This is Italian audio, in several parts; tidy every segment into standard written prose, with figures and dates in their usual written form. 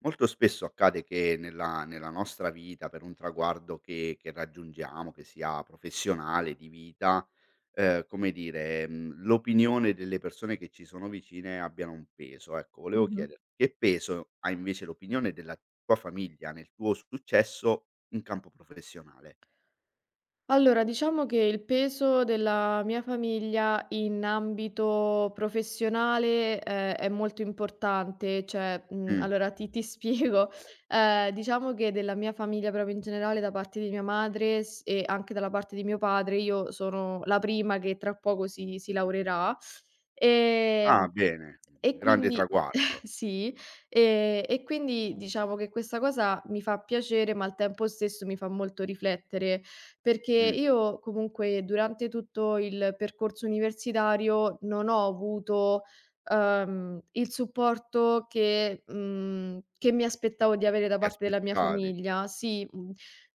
Molto spesso accade che nella nostra vita, per un traguardo che raggiungiamo, che sia professionale, di vita, come dire, l'opinione delle persone che ci sono vicine abbiano un peso. Ecco, volevo Mh-mh. chiederti che peso ha invece l'opinione della tua famiglia nel tuo successo in campo professionale? Allora, diciamo che il peso della mia famiglia in ambito professionale, è molto importante, cioè, Mh. allora ti spiego. Diciamo che della mia famiglia proprio in generale, da parte di mia madre s e anche dalla parte di mio padre, io sono la prima che tra poco si laureerà, Ah, ehm, bene, un e grande quindi traguardo. sì, e quindi diciamo che questa cosa mi fa piacere, ma al tempo stesso mi fa molto riflettere. Perché Mh, io comunque durante tutto il percorso universitario non ho avuto, il supporto che mi aspettavo di avere che da ti parte della mia aspettavi. famiglia. Sì, mhmm,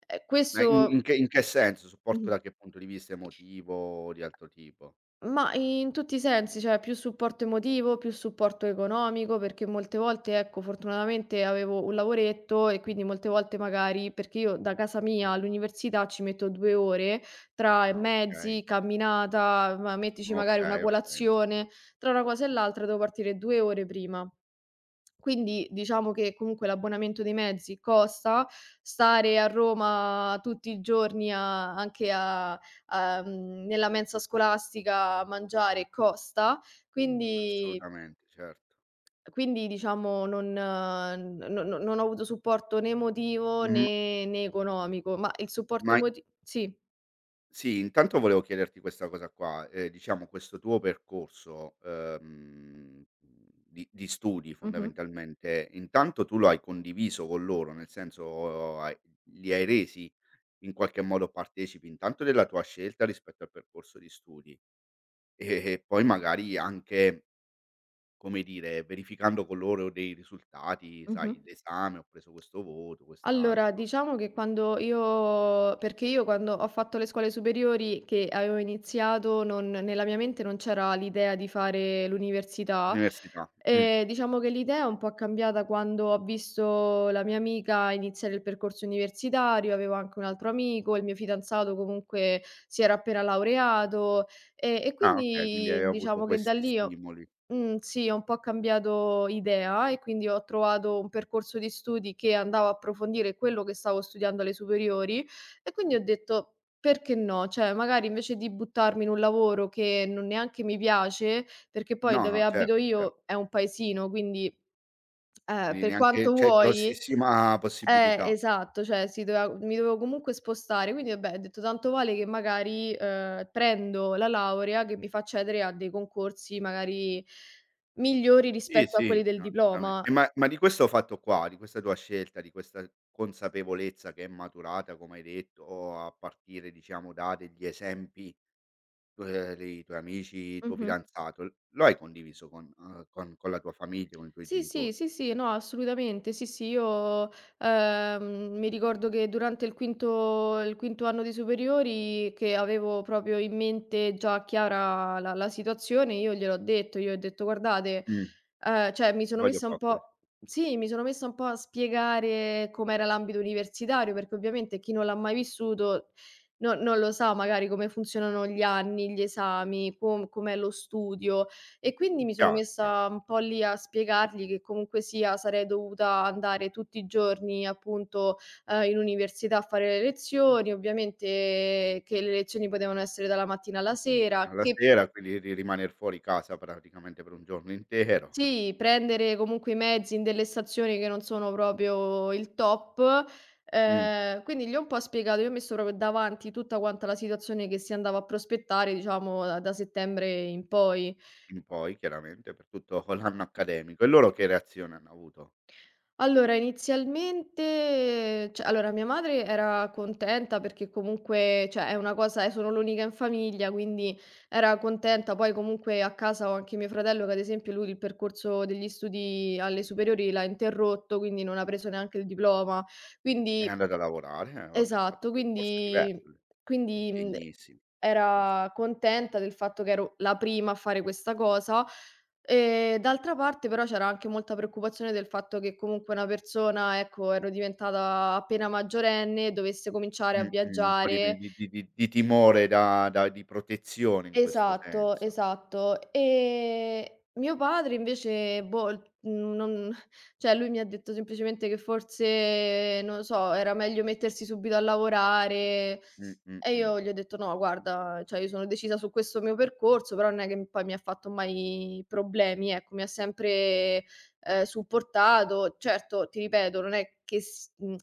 ehm, Ma in questo. che in che senso? Supporto Mh-mh. da che punto di vista? Emotivo o di altro tipo? Ma in tutti i sensi, cioè più supporto emotivo, più supporto economico, perché molte volte, ecco, fortunatamente avevo un lavoretto e quindi molte volte magari, perché io da casa mia all'università ci metto 2 ore tra Ah, okay. mezzi, camminata, ma mettici magari una Okay, okay, colazione, insomma, tra una cosa e l'altra devo partire 2 ore prima. Quindi diciamo che comunque l'abbonamento dei mezzi costa, stare a Roma tutti i giorni a anche nella mensa scolastica a mangiare costa, quindi assolutamente, certo. quindi diciamo non n no no non ho avuto supporto né emotivo Mhmm, né economico, ma il supporto ma emoti sì. sì, intanto volevo chiederti questa cosa qua, diciamo questo tuo percorso, di studi Mh-mh. fondamentalmente, intanto tu lo hai condiviso con loro, nel senso hai li hai resi in qualche modo partecipi intanto della tua scelta rispetto al percorso di studi e poi magari anche, come dire, verificando con loro dei risultati, Mh-mh. sai, l'esame: "Ho preso questo voto, Allora, quest'altro." diciamo che quando io perché io quando ho fatto le scuole superiori che avevo iniziato, non nella mia mente non c'era l'idea di fare l'università. L'università. Diciamo che l'idea è un po' cambiata quando ho visto la mia amica iniziare il percorso universitario, avevo anche un altro amico, il mio fidanzato comunque si era appena laureato, e Ah okay, quindi quindi hai avuto diciamo che da questi lì ho stimoli. mhmm, sì, ho un po' cambiato idea e quindi ho trovato un percorso di studi che andava a approfondire quello che stavo studiando alle superiori e quindi ho detto: "Perché no?" Cioè, magari invece di buttarmi in un lavoro che non neanche mi piace, perché poi No, dove no, certo, abito certo. io è un paesino, quindi, Quindi per neanche quanto c'è vuoi. grossissima Eh, possibilità. esatto, cioè si doveva mi dovevo comunque spostare, quindi vabbè, ho detto: "Tanto vale che magari, prendo la laurea che mi fa accedere a dei concorsi magari migliori Sì, rispetto a quelli sì, del no, assolutamente. diploma". E ma di questo fatto qua, di questa tua scelta, di questa consapevolezza che è maturata, come hai detto, a partire diciamo da degli esempi, dei tuoi amici, tuo Mh-mh. fidanzato, l lo hai condiviso con la tua famiglia, con i tuoi Sì, sì, genitori? sì, sì, no, assolutamente. Sì, sì, io, mi ricordo che durante il quinto anno di superiori che avevo proprio in mente già chiara la situazione, io gliel'ho detto, io ho detto: "Guardate." Mh, Cioè mi sono voglio messa un fa' que po' sì, mi sono messa un po' a spiegare com'era l'ambito universitario, perché ovviamente chi non l'ha mai vissuto, no, non lo sa magari come funzionano gli anni, gli esami, com'è lo studio e quindi mi sono chiaro, chia messa un po' lì a spiegargli che comunque sia sarei dovuta andare tutti i giorni appunto, in università a fare le lezioni, ovviamente che le lezioni potevano essere dalla mattina alla sera, Alla che sera, quindi di rimaner fuori casa praticamente per un giorno intero. sì, prendere comunque i mezzi in delle stazioni che non sono proprio il top. Mh. Quindi gli ho un po' spiegato, io ho messo proprio davanti tutta quanta la situazione che si andava a prospettare, diciamo da settembre in poi. In poi chiaramente per tutto l'anno accademico. E loro che reazione hanno avuto? Allora, inizialmente cioè allora mia madre era contenta perché comunque, cioè è una cosa, sono l'unica in famiglia, quindi era contenta. Poi comunque a casa ho anche mio fratello che ad esempio lui il percorso degli studi alle superiori l'ha interrotto, quindi non ha preso neanche il diploma. È Quindi andata a lavorare, eh vabbè, ha fatto un esatto, percorso quindi diverso, quindi, mhmm, degnissimo, lo era stesso. contenta del fatto che ero la prima a fare questa cosa. D'altra parte però c'era anche molta preoccupazione del fatto che comunque una persona, ecco, ero diventata appena maggiorenne, dovesse cominciare a Mh-mh, un po' viaggiare. di timore da di protezione in questo Esatto, senso. esatto. Mio padre invece, boh, non cioè lui mi ha detto semplicemente che forse, non lo so, era meglio mettersi subito a lavorare Mh, mh, e mh. io gli ho detto: "No guarda, cioè io sono decisa su questo mio percorso", però non è che poi mi ha fatto mai problemi, ecco, mi ha sempre, supportato. Certo, ti ripeto, non è che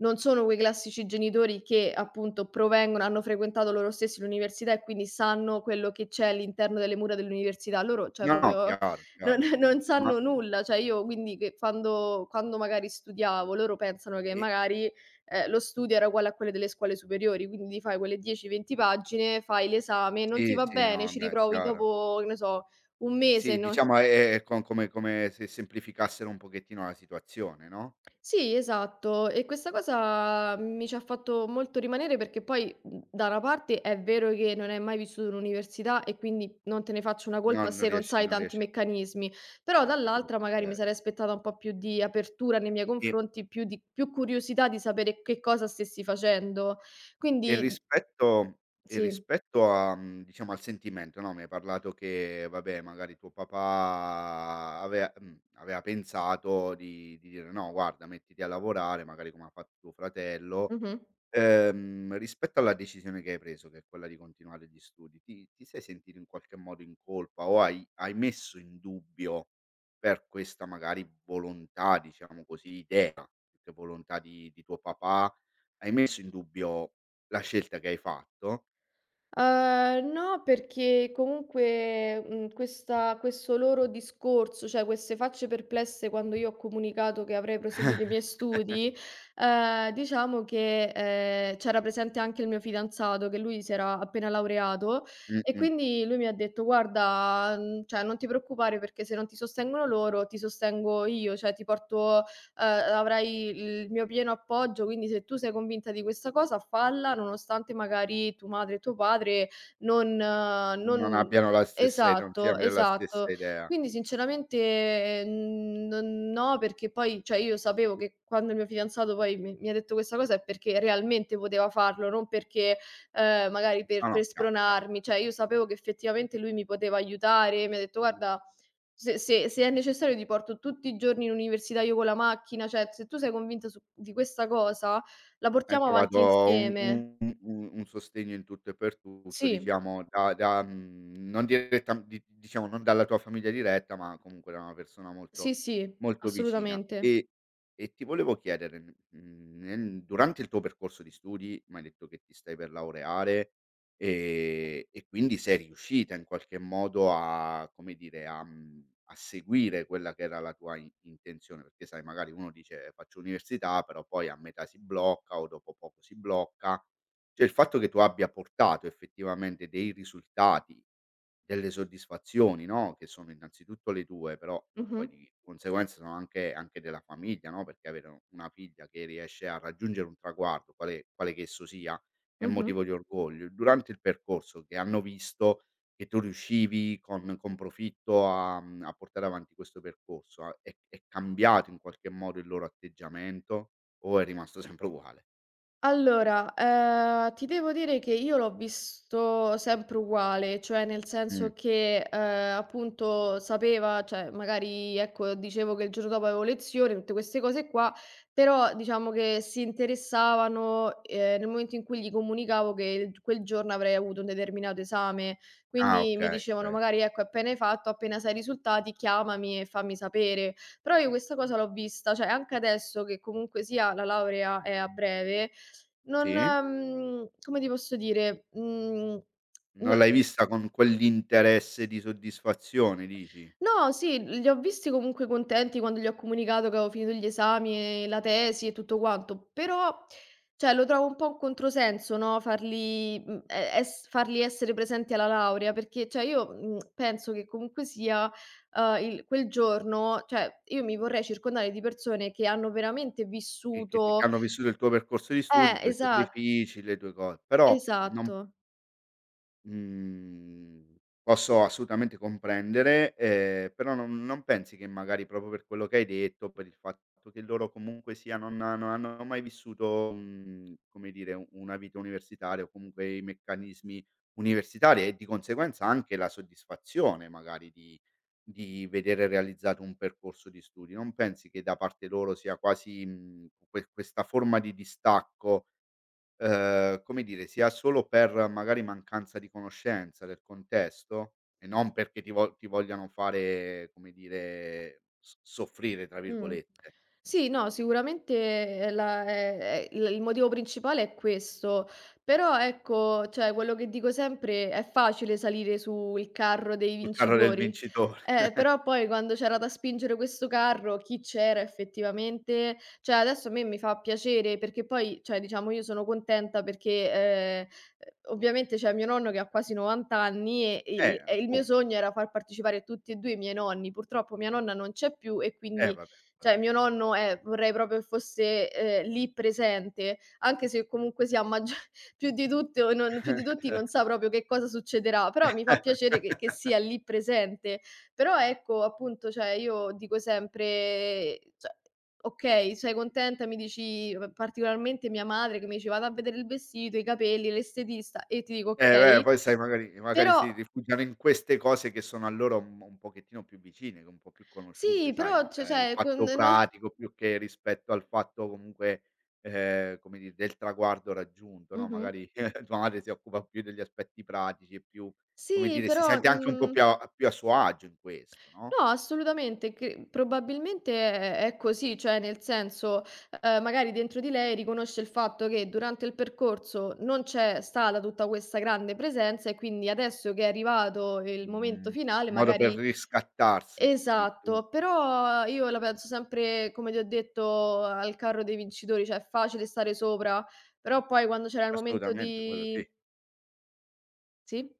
non sono quei classici genitori che appunto provengono hanno frequentato loro stessi l'università e quindi sanno quello che c'è all'interno delle mura dell'università. Loro, cioè No, no, proprio chiaro, non chiaro. non Ma sanno nulla. Cioè io quindi che quando magari studiavo, loro pensano che e magari, lo studio era uguale a quelle delle scuole superiori, quindi ti fai quelle 10, 20 pagine, fai l'esame, non ti sì, va sì, bene, no, ci beh, riprovi chiaro. dopo, che ne so, 1 mese, Sì, non diciamo è co come come se semplificassero un pochettino la situazione, no? sì, esatto. E questa cosa mi ci ha fatto molto rimanere perché poi, da una parte è vero che non hai mai vissuto l'università e quindi non te ne faccio una No, colpa se non sai non tanti riesci a meccanismi, però a capire dall'altra magari mi sarei aspettata un po' più di apertura nei miei E confronti, più di più curiosità di sapere che cosa stessi facendo. Quindi rispetto e sì. rispetto a mhmm, diciamo al sentimento, no, mi hai parlato che vabbè magari tuo papà avea mhmm, aveva pensato di dire: "No guarda mettiti a lavorare", magari come ha fatto tuo fratello, Mh-mh. Rispetto alla decisione che hai preso, che è quella di continuare gli studi, ti sei sentito in qualche modo in colpa o hai messo in dubbio per questa magari volontà, diciamo così, idea, più che volontà di tuo papà, hai messo in dubbio la scelta che hai fatto? No, perché comunque, questa questo loro discorso, cioè queste facce perplesse quando io ho comunicato che avrei proseguito i miei studi, diciamo che, c'era presente anche il mio fidanzato, che lui si era appena laureato e Mh-mh. quindi lui mi ha detto: "Guarda, cioè non ti preoccupare perché se non ti sostengono loro, ti sostengo io, cioè ti porto, avrai il mio pieno appoggio, quindi se tu sei convinta di questa cosa falla, nonostante magari tua madre e tuo padre non Non non." abbiano la stessa i non siano Esatto, della stessa esatto. idea. Quindi sinceramente, non no, perché poi cioè io sapevo che quando il mio fidanzato poi mi ha detto questa cosa è perché realmente poteva farlo, non perché, magari No, per no, chiaro, chiaro. spronarmi, cioè io sapevo che effettivamente lui mi poteva aiutare, mi ha detto: "Guarda, se se è necessario ti porto tutti i giorni in università io con la macchina, cioè se tu sei convinta su di questa cosa, la Hai portiamo avanti trovato un insieme." un un un sostegno in tutto e per tutto, Sì, diciamo da mhmm, non diretta di diciamo non dalla tua famiglia diretta, ma comunque da una persona molto sì, sì, molto vicina. assolutamente. E ti volevo chiedere, mhmm, nel durante il tuo percorso di studi, m'hai detto che ti stai per laureare. E quindi sei riuscita in qualche modo a come dire, a mhmm, a seguire quella che era la tua in intenzione, perché sai magari uno dice: "Faccio università", però poi a metà si blocca o dopo poco si blocca. Cioè il fatto che tu abbia portato effettivamente dei risultati delle soddisfazioni, no, che sono innanzitutto le tue, però Mh-mh, poi di conseguenza sono anche anche della famiglia, no, perché avere u una figlia che riesce a raggiungere un traguardo, quale che esso sia, è mh-mh. motivo di orgoglio. Durante il percorso che hanno visto che tu riuscivi con profitto a mhmm, a portare avanti questo percorso, a è cambiato in qualche modo il loro atteggiamento o è rimasto sempre uguale? Allora, ti devo dire che io l'ho visto sempre uguale, cioè nel Mh. senso che, appunto sapeva cioè magari, ecco, dicevo che il giorno dopo avevo lezione, tutte queste cose qua, però diciamo che si interessavano, nel momento in cui gli comunicavo che il quel giorno avrei avuto un determinato esame. Ah Quindi mi okay, dicevano okay. magari: "Ecco, appena hai fatto, appena sai i risultati chiamami e fammi sapere." Però io questa cosa l'ho vista cioè anche adesso che comunque sia la laurea è a breve, non Sì. Come ti posso dire, mhmm, Non no. l'hai vista con quell'interesse di soddisfazione dici? No, sì, li ho visti comunque contenti quando gli ho comunicato che avevo finito gli esami e la tesi e tutto quanto, però, cioè, lo trovo un po' un controsenso, no, farli mhmm, e es farli essere presenti alla laurea, perché, cioè, io, penso che comunque sia, il quel giorno cioè, io mi vorrei circondare di persone che hanno veramente Che ti che vissuto. hanno vissuto il tuo percorso di studi, i Eh, tuoi sacrifici, le tue co però non esatto. Mhmm, posso assolutamente comprendere, però non non pensi che magari proprio per quello che hai detto, per il fatto che loro comunque sia non non hanno mai vissuto, mhmm, come dire, u una vita universitaria o comunque i meccanismi universitari e di conseguenza anche la soddisfazione magari di vedere realizzato un percorso di studi, non pensi che da parte loro sia quasi, mhmm, questa forma di distacco. Come dire, sia solo per magari mancanza di conoscenza del contesto e non perché ti vogliano fare, come dire, "s soffrire" tra Mh. virgolette, Sì, no, sicuramente, la il motivo principale è questo, però ecco, cioè quello che dico sempre: è facile salire sul carro dei sul carro del vincitori, vincitore. Però poi quando c'era da spingere questo carro, chi c'era effettivamente? Cioè adesso a me mi fa piacere perché poi, cioè diciamo io sono contenta perché, ovviamente c'è mio nonno che ha quasi 90 anni e il mio Appun sogno era far partecipare tutti e 2 i miei nonni. Purtroppo mia nonna non c'è più e quindi vabbè, cioè quello. mio nonno, vorrei proprio che fosse, lì presente, anche se comunque sia maggia più di tutti non sa proprio che cosa succederà, però mi fa piacere che sia lì presente. Però ecco, appunto, cioè io dico sempre cioè okay, sei contenta? Mi dici p particolarmente mia madre che mi dice: "Vado a vedere il vestito, i capelli, l'estetista", e ti dico: Eh beh, "Okay". poi sai magari magari Però si rifugiano in queste cose che sono a loro un pochettino più vicine, che un po' più conosciute, sì, sai, però c il cioè con fatto no. pratico più che rispetto al fatto comunque, come dire, del traguardo raggiunto, no, Mh-mh. magari tua madre si occupa più degli aspetti pratici e più, come Sì, dire, si però, sente anche un po' mhmm. più a più a suo agio in questo, no, No, assolutamente, che probabilmente è così, cioè nel senso, magari dentro di lei riconosce il fatto che durante il percorso non c'è stata tutta questa grande presenza e quindi adesso che è arrivato il mhmm, momento finale un modo per magari riscattarsi, dici tu. esatto, però io la penso sempre, come ti ho detto, al carro dei vincitori, cioè è facile stare sopra, però poi quando c'era il momento Assolutamente, quello di sì. sì?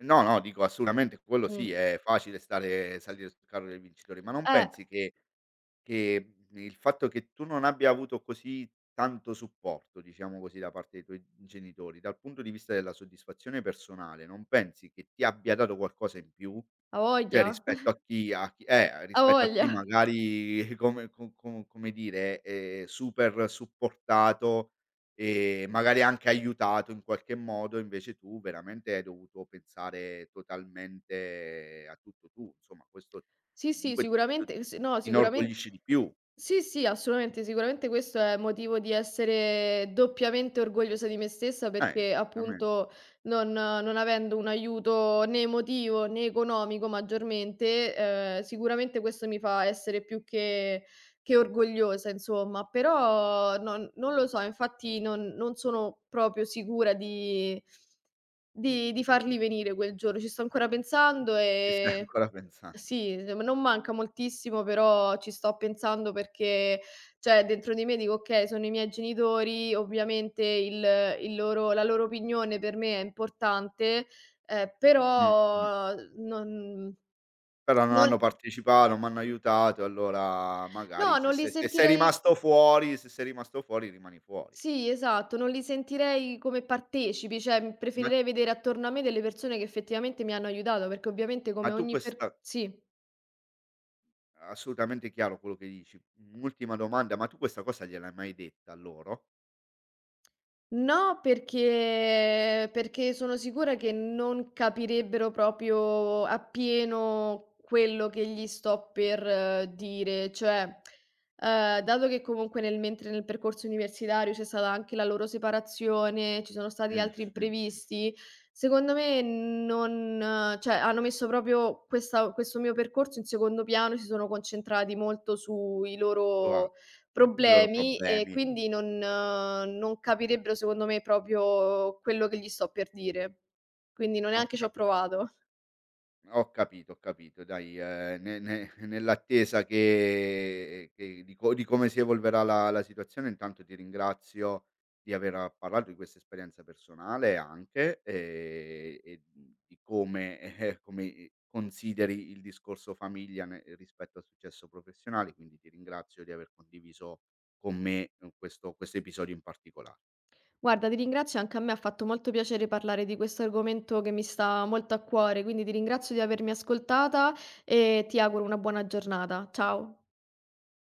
No, no, dico assolutamente quello Mh. sì, è facile stare salire sul carro del vincitore, ma non Eh, pensi che, mhmm, il fatto che tu non abbia avuto così tanto supporto, diciamo così, da parte dei tuoi genitori, dal punto di vista della soddisfazione personale, non pensi che ti abbia dato qualcosa in più? a Cioè voglia, rispetto a chi a rispetto a voglia. chi magari come co co come dire, super supportato e magari anche aiutato in qualche modo, invece tu veramente hai dovuto pensare totalmente a tutto tu, insomma questo Sì, sì, comunque t sicuramente s no, ti sicuramen inorgoglisce di più. sì, sì, assolutamente, sicuramente questo è motivo di essere doppiamente orgogliosa di me stessa perché Esattamente, appunto non avendo un aiuto né emotivo né economico maggiormente, sicuramente questo mi fa essere più che orgogliosa insomma. Però non lo so, infatti non sono proprio sicura di di farli venire quel giorno. Ci sto ancora pensando ci stai e ancora pensando. sì, non manca moltissimo, però ci sto pensando perché, cioè dentro di me dico: "Okay, sono i miei genitori, ovviamente il loro la loro opinione per me è importante, Mh, mh. però non Però non hanno non partecipato, non m'hanno aiutato, allora magari no, non li se sei sentirei." rimasto fuori rimani fuori. Sì, esatto, non li sentirei come partecipi, cioè, Ma preferirei vedere attorno a me delle persone che effettivamente mi hanno aiutato, perché ovviamente ma come tu ogni per questa sì. assolutamente chiaro quello che dici. Un'ultima domanda, ma tu questa cosa gliel'hai mai detta a loro? No, perché sono sicura che non capirebbero proprio appieno quello che gli sto per dire. Cioè, dato che comunque nel mentre nel percorso universitario c'è stata anche la loro separazione, ci sono stati Mh, altri mh. imprevisti, secondo me non cioè hanno messo proprio questa questo mio percorso in secondo piano e si sono concentrati molto sui Su a loro sui loro problemi e problemi. quindi non capirebbero secondo me proprio quello che gli sto per dire. Quindi non Ho neanche ci ho capi provato. Ho capito dai, ne ne nell'attesa che di come si evolverà la la situazione intanto ti ringrazio di aver ah, parlato di questa esperienza personale anche, e di come come, consideri il discorso famiglia ne rispetto al successo professionale, quindi ti ringrazio di aver condiviso con me, questo questo episodio in particola Guarda, ti ringrazio, anche a me ha fatto molto piacere parlare di questo argomento che mi sta molto a cuore, quindi ti ringrazio di avermi ascoltata e ti auguro una buona giornata. Ciao.